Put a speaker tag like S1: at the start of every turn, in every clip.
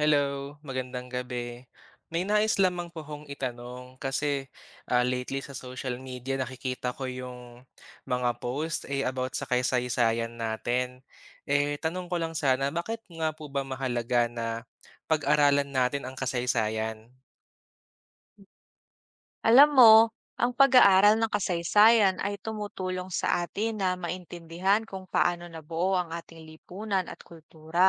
S1: Hello, magandang gabi. May nais lamang po akong itanong kasi, lately sa social media nakikita ko yung mga post, about sa kasaysayan natin. Tanong ko lang sana, bakit nga po ba mahalaga na pag-aralan natin ang kasaysayan?
S2: Alam mo, ang pag-aaral ng kasaysayan ay tumutulong sa atin na maintindihan kung paano nabuo ang ating lipunan at kultura.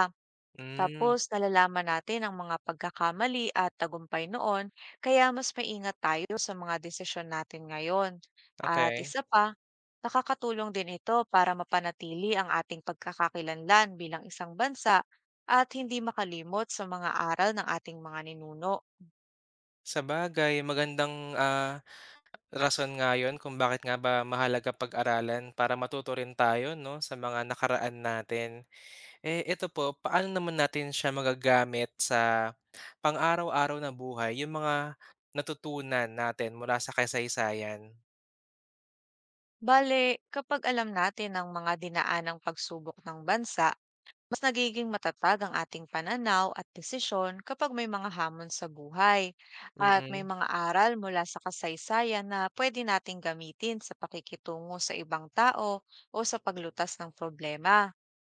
S1: Hmm,
S2: Tapos nalalaman natin ang mga pagkakamali at tagumpay noon, kaya mas maingat tayo sa mga desisyon natin ngayon. At
S1: okay.
S2: isa pa, nakakatulong din ito para mapanatili ang ating pagkakakilanlan bilang isang bansa at hindi makalimot sa mga aral ng ating mga ninuno.
S1: Sa bagay magandang, rason nga yun kung bakit nga ba mahalaga pag-aralan para matuto rin tayo 'no, sa mga nakaraan natin. Eto po, paano naman natin siya magagamit sa pang-araw-araw na buhay, yung mga natutunan natin mula sa kasaysayan?
S2: Bale, kapag alam natin ang mga dinaanang pagsubok ng bansa, mas nagiging matatag ang ating pananaw at desisyon kapag may mga hamon sa buhay at may
S1: Mm.
S2: mga aral mula sa kasaysayan na pwede nating gamitin sa pakikitungo sa ibang tao o sa paglutas ng problema.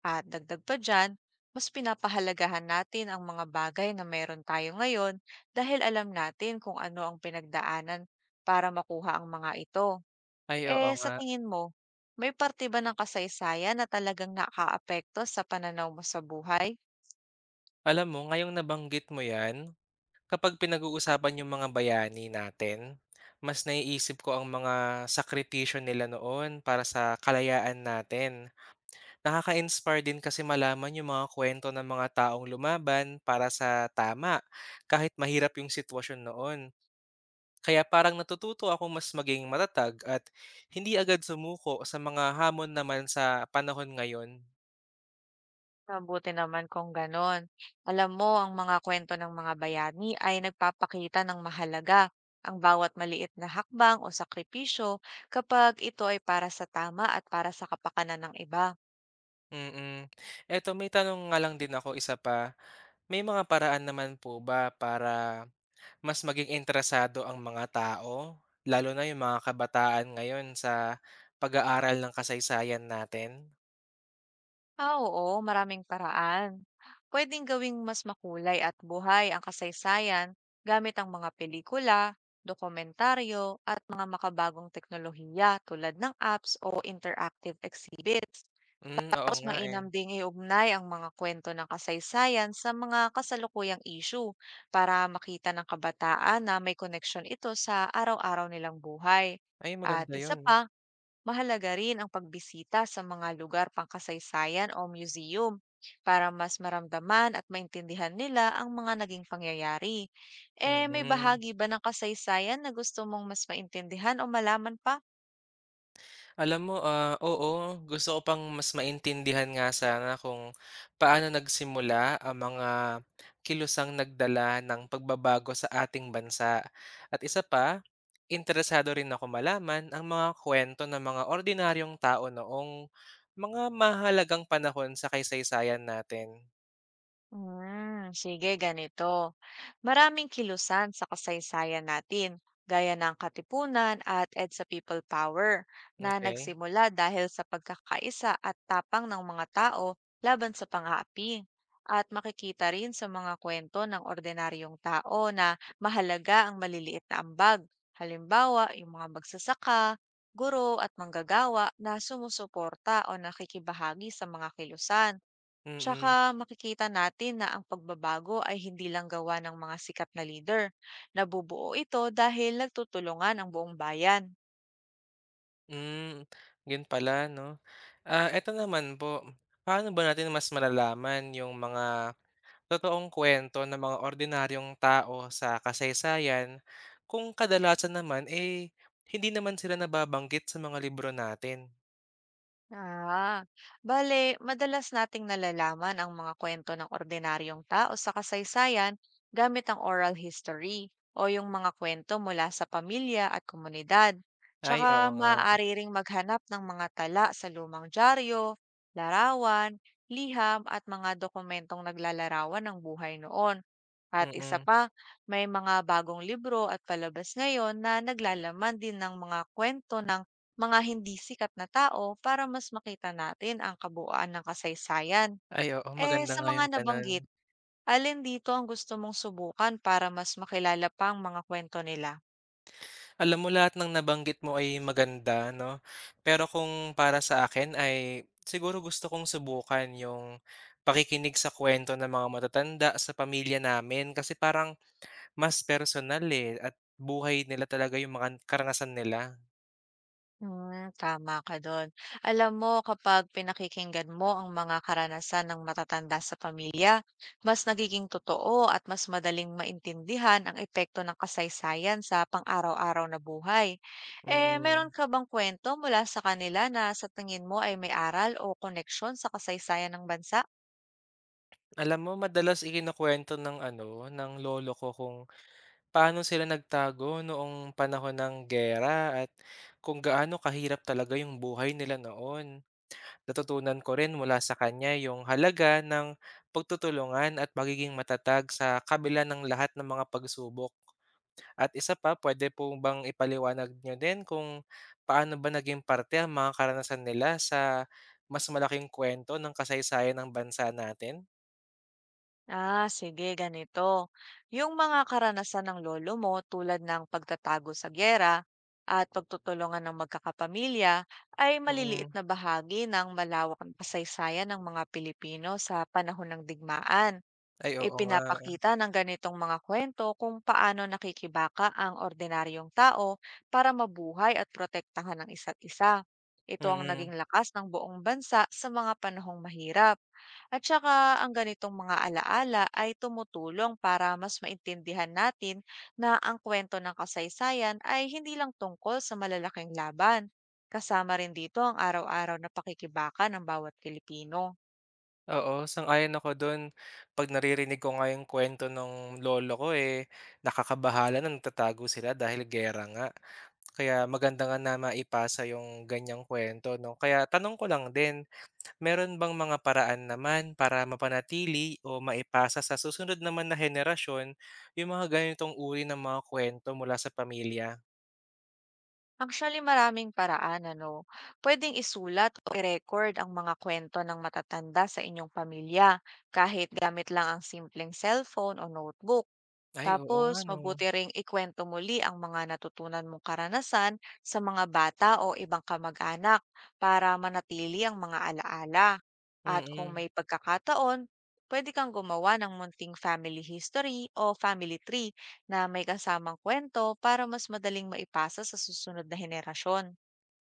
S2: At dagdag pa dyan, mas pinapahalagahan natin ang mga bagay na meron tayo ngayon dahil alam natin kung ano ang pinagdaanan para makuha ang mga ito.
S1: Ay, oo
S2: Sa
S1: nga.
S2: tingin mo, may parte ba ng kasaysayan na talagang nakaapekto sa pananaw mo sa buhay?
S1: Alam mo ngayong nabanggit mo 'yan, kapag pinag-uusapan yung mga bayani natin, mas naiisip ko ang mga sakripisyo nila noon para sa kalayaan natin. Nakaka-inspire din kasi malaman yung mga kwento ng mga taong lumaban para sa tama, kahit mahirap yung sitwasyon noon. Kaya parang natututo ako mas maging matatag at hindi agad sumuko sa mga hamon naman sa panahon ngayon.
S2: Mabuti naman kung gano'n. Alam mo, ang mga kwento ng mga bayani ay nagpapakita ng mahalaga ang bawat maliit na hakbang o sakripisyo kapag ito ay para sa tama at para sa kapakanan ng iba.
S1: Mm. Eto may tanong nga lang din ako, isa pa. May mga paraan naman po ba para mas maging interesado ang mga tao, lalo na yung mga kabataan ngayon sa pag-aaral ng kasaysayan natin?
S2: Oo, maraming paraan. Pwedeng gawing mas makulay at buhay ang kasaysayan gamit ang mga pelikula, dokumentaryo, at mga makabagong teknolohiya tulad ng apps o interactive exhibits.
S1: Hmm, oo
S2: Tapos
S1: nga, eh.
S2: mainam ding iugnay ang mga kwento ng kasaysayan sa mga kasalukuyang issue para makita ng kabataan na may connection ito sa araw-araw nilang buhay.
S1: Ay
S2: At
S1: maganda
S2: isa
S1: yun.
S2: pa, mahalaga rin ang pagbisita sa mga lugar pangkasaysayan o museum para mas maramdaman at maintindihan nila ang mga naging pangyayari. May
S1: Mm.
S2: bahagi ba ng kasaysayan na gusto mong mas maintindihan o malaman pa?
S1: Alam mo, oo, gusto ko pang mas maintindihan nga sana kung paano nagsimula ang mga kilusang nagdala ng pagbabago sa ating bansa. At isa pa, interesado rin ako malaman ang mga kwento ng mga ordinaryong tao noong mga mahalagang panahon sa kasaysayan natin.
S2: Hmm, sige ganito. Maraming kilusan sa kasaysayan natin, gaya ng Katipunan at EDSA People Power na
S1: Okay.
S2: nagsimula dahil sa pagkakaisa at tapang ng mga tao laban sa pang-aapi. At makikita rin sa mga kwento ng ordinaryong tao na mahalaga ang maliliit na ambag. Halimbawa, yung mga magsasaka, guro at manggagawa na sumusuporta o nakikibahagi sa mga kilusan.
S1: Mm-mm,
S2: Tsaka
S1: mm.
S2: makikita natin na ang pagbabago ay hindi lang gawa ng mga sikat na leader. Nabubuo ito dahil nagtutulungan ang buong bayan.
S1: Hmm, yun pala 'no. Eto naman po, paano ba natin mas malalaman yung mga totoong kwento ng mga ordinaryong tao sa kasaysayan kung kadalasan naman, eh, hindi naman sila nababanggit sa mga libro natin.
S2: Ah, Bale, madalas nating nalalaman ang mga kwento ng ordinaryong tao sa kasaysayan gamit ang oral history o yung mga kwento mula sa pamilya at komunidad.
S1: Ay, oo
S2: Tsaka
S1: nga.
S2: maaari ring maghanap ng mga tala sa lumang dyaryo, larawan, liham at mga dokumentong naglalarawan ng buhay noon. At isa
S1: Mm.
S2: pa, may mga bagong libro at palabas ngayon na naglalaman din ng mga kwento mga hindi sikat na tao para mas makita natin ang kabuuan ng kasaysayan.
S1: Ay, oo, maganda
S2: Sa
S1: nga
S2: mga
S1: yung gano'n.
S2: nabanggit, alin dito ang gusto mong subukan para mas makilala pa ang mga kwento nila?
S1: Alam mo lahat ng nabanggit mo ay maganda 'no, pero kung para sa akin ay siguro gusto kong subukan yung pakikinig sa kwento ng mga matatanda sa pamilya namin kasi parang mas personal, eh, at buhay nila talaga yung mga karanasan nila.
S2: Hmm, tama ka do'n. Alam mo kapag pinakikinggan mo ang mga karanasan ng matatanda sa pamilya, mas nagiging totoo at mas madaling maintindihan ang epekto ng kasaysayan sa pang-araw-araw na buhay.
S1: Mm.
S2: Meron ka bang kwento mula sa kanila na sa tingin mo ay may aral o koneksyon sa kasaysayan ng bansa?
S1: Alam mo madalas ikinukuwento ng ano, ng lolo ko kung paano sila nagtago noong panahon ng giyera at kung gaano kahirap talaga yung buhay nila noon. Natutunan ko rin mula sa kanya yung halaga ng pagtutulungan at pagiging matatag sa kabila ng lahat ng mga pagsubok. At isa pa, pwede po bang ipaliwanag niyo din kung paano ba naging parte ang mga karanasan nila sa mas malaking kwento ng kasaysayan ng bansa natin?
S2: Sige, ganito. Yung mga karanasan ng lolo mo tulad ng pagtatago sa giyera at pagtutulungan ng magkakapamilya ay maliliit
S1: Mm.
S2: na bahagi ng malawak na kasaysayan ng mga Pilipino sa panahon ng digmaan.
S1: Ay oo nga.
S2: Ipinapakita ng ganitong mga kwento kung paano nakikibaka ang ordinaryong tao para mabuhay at protektahan ng isa't isa. Ito ang
S1: Mm.
S2: naging lakas ng buong bansa sa mga panahong mahirap. At saka ang ganitong mga alaala ay tumutulong para mas maintindihan natin na ang kwento ng kasaysayan ay hindi lang tungkol sa malalaking laban. Kasama rin dito ang araw-araw na pakikibaka ng bawat Pilipino.
S1: Oo, sang-ayon ako don. 'Pag naririnig ko nga yung kwento nung lolo ko, eh, nakakabahala na nagtatago sila dahil giyera nga. Kaya maganda nga na maipasa yung ganiyang kwento 'no. Kaya tanong ko lang din, meron bang mga paraan naman para mapanatili o maipasa sa susunod naman na henerasyon yung mga ganitong uri ng mga kwento mula sa pamilya?
S2: Actually, maraming paraan, ano. Pwedeng isulat o i-record ang mga kwento ng matatanda sa inyong pamilya, kahit gamit lang ang simpleng cellphone o notebook.
S1: Ay oo
S2: Tapos,
S1: nga 'no.
S2: mabuti ring ikwento muli ang mga natutunan mong karanasan sa mga bata o ibang kamag-anak para manatili ang mga alaala. At kung
S1: Mm.
S2: may pagkakataon, pwede kang gumawa ng munting family history o family tree na may kasamang kwento para mas madaling maipasa sa susunod na henerasyon.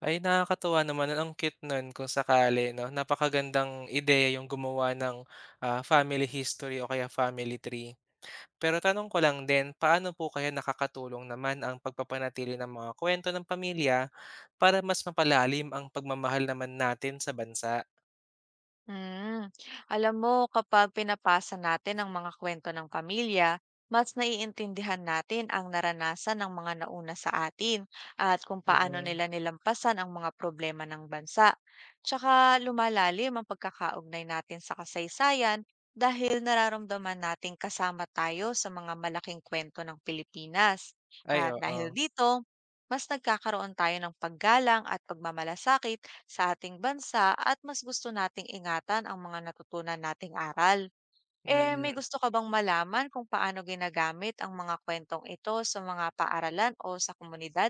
S1: Ay, nakakatuwa naman at ang cute nun kung sakali 'no. Napakagandang ideya yung gumawa ng, family history o kaya family tree. Pero tanong ko lang din, paano po kaya nakakatulong naman ang pagpapanatili ng mga kwento ng pamilya para mas mapalalim ang pagmamahal naman natin sa bansa?
S2: Mm. Alam mo, kapag pinapasa natin ang mga kwento ng pamilya, mas naiintindihan natin ang naranasan ng mga nauna sa atin at kung paano
S1: Mm.
S2: nila nilampasan ang mga problema ng bansa. Tsaka lumalalim ang pagkakaugnay natin sa kasaysayan dahil nararamdaman nating kasama tayo sa mga malaking kwento ng Pilipinas.
S1: Ay,
S2: At dahil
S1: oo.
S2: dito, mas nagkakaroon tayo ng paggalang at pagmamalasakit sa ating bansa at mas gusto nating ingatan ang mga natutunan nating aral. May
S1: Mm.
S2: gusto ka bang malaman kung paano ginagamit ang mga kwentong ito sa mga paaralan o sa komunidad?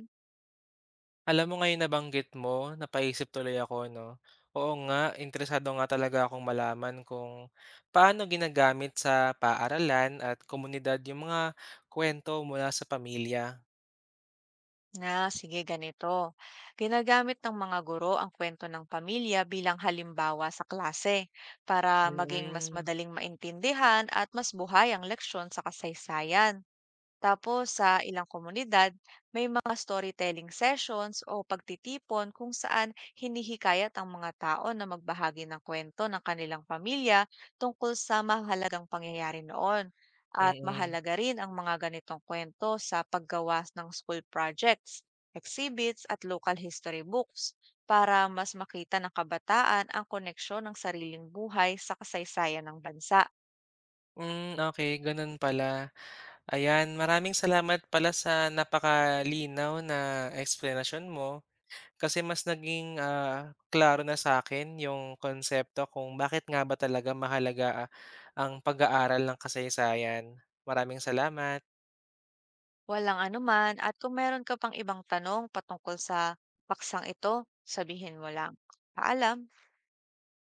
S1: Alam mo ngayon nabanggit mo, napaisip tuloy ako 'no. Oo nga, interesado nga talaga akong malaman kung paano ginagamit sa paaralan at komunidad yung mga kwento mula sa pamilya.
S2: Na, sige ganito. Ginagamit ng mga guro ang kwento ng pamilya bilang halimbawa sa klase para maging mas
S1: Mm,
S2: madaling maintindihan at mas buhay ang leksyon sa kasaysayan. Tapos sa ilang komunidad, may mga storytelling sessions o pagtitipon kung saan hinihikayat ang mga tao na magbahagi ng kwento ng kanilang pamilya tungkol sa mahalagang pangyayari noon. At
S1: mm.
S2: mahalaga rin ang mga ganitong kwento sa paggawa ng school projects, exhibits at local history books para mas makita ng kabataan ang koneksyon ng sariling buhay sa kasaysayan ng bansa.
S1: Mm, okay gano'n pala. Ayan, maraming salamat pala sa napakalinaw na explanation mo. Kasi mas naging, klaro na sa akin yung konsepto kung bakit nga ba talaga mahalaga ang pag-aaral ng kasaysayan. Maraming salamat.
S2: Walang anuman at kung meron ka pang ibang tanong patungkol sa paksang ito, sabihin mo lang. Paalam!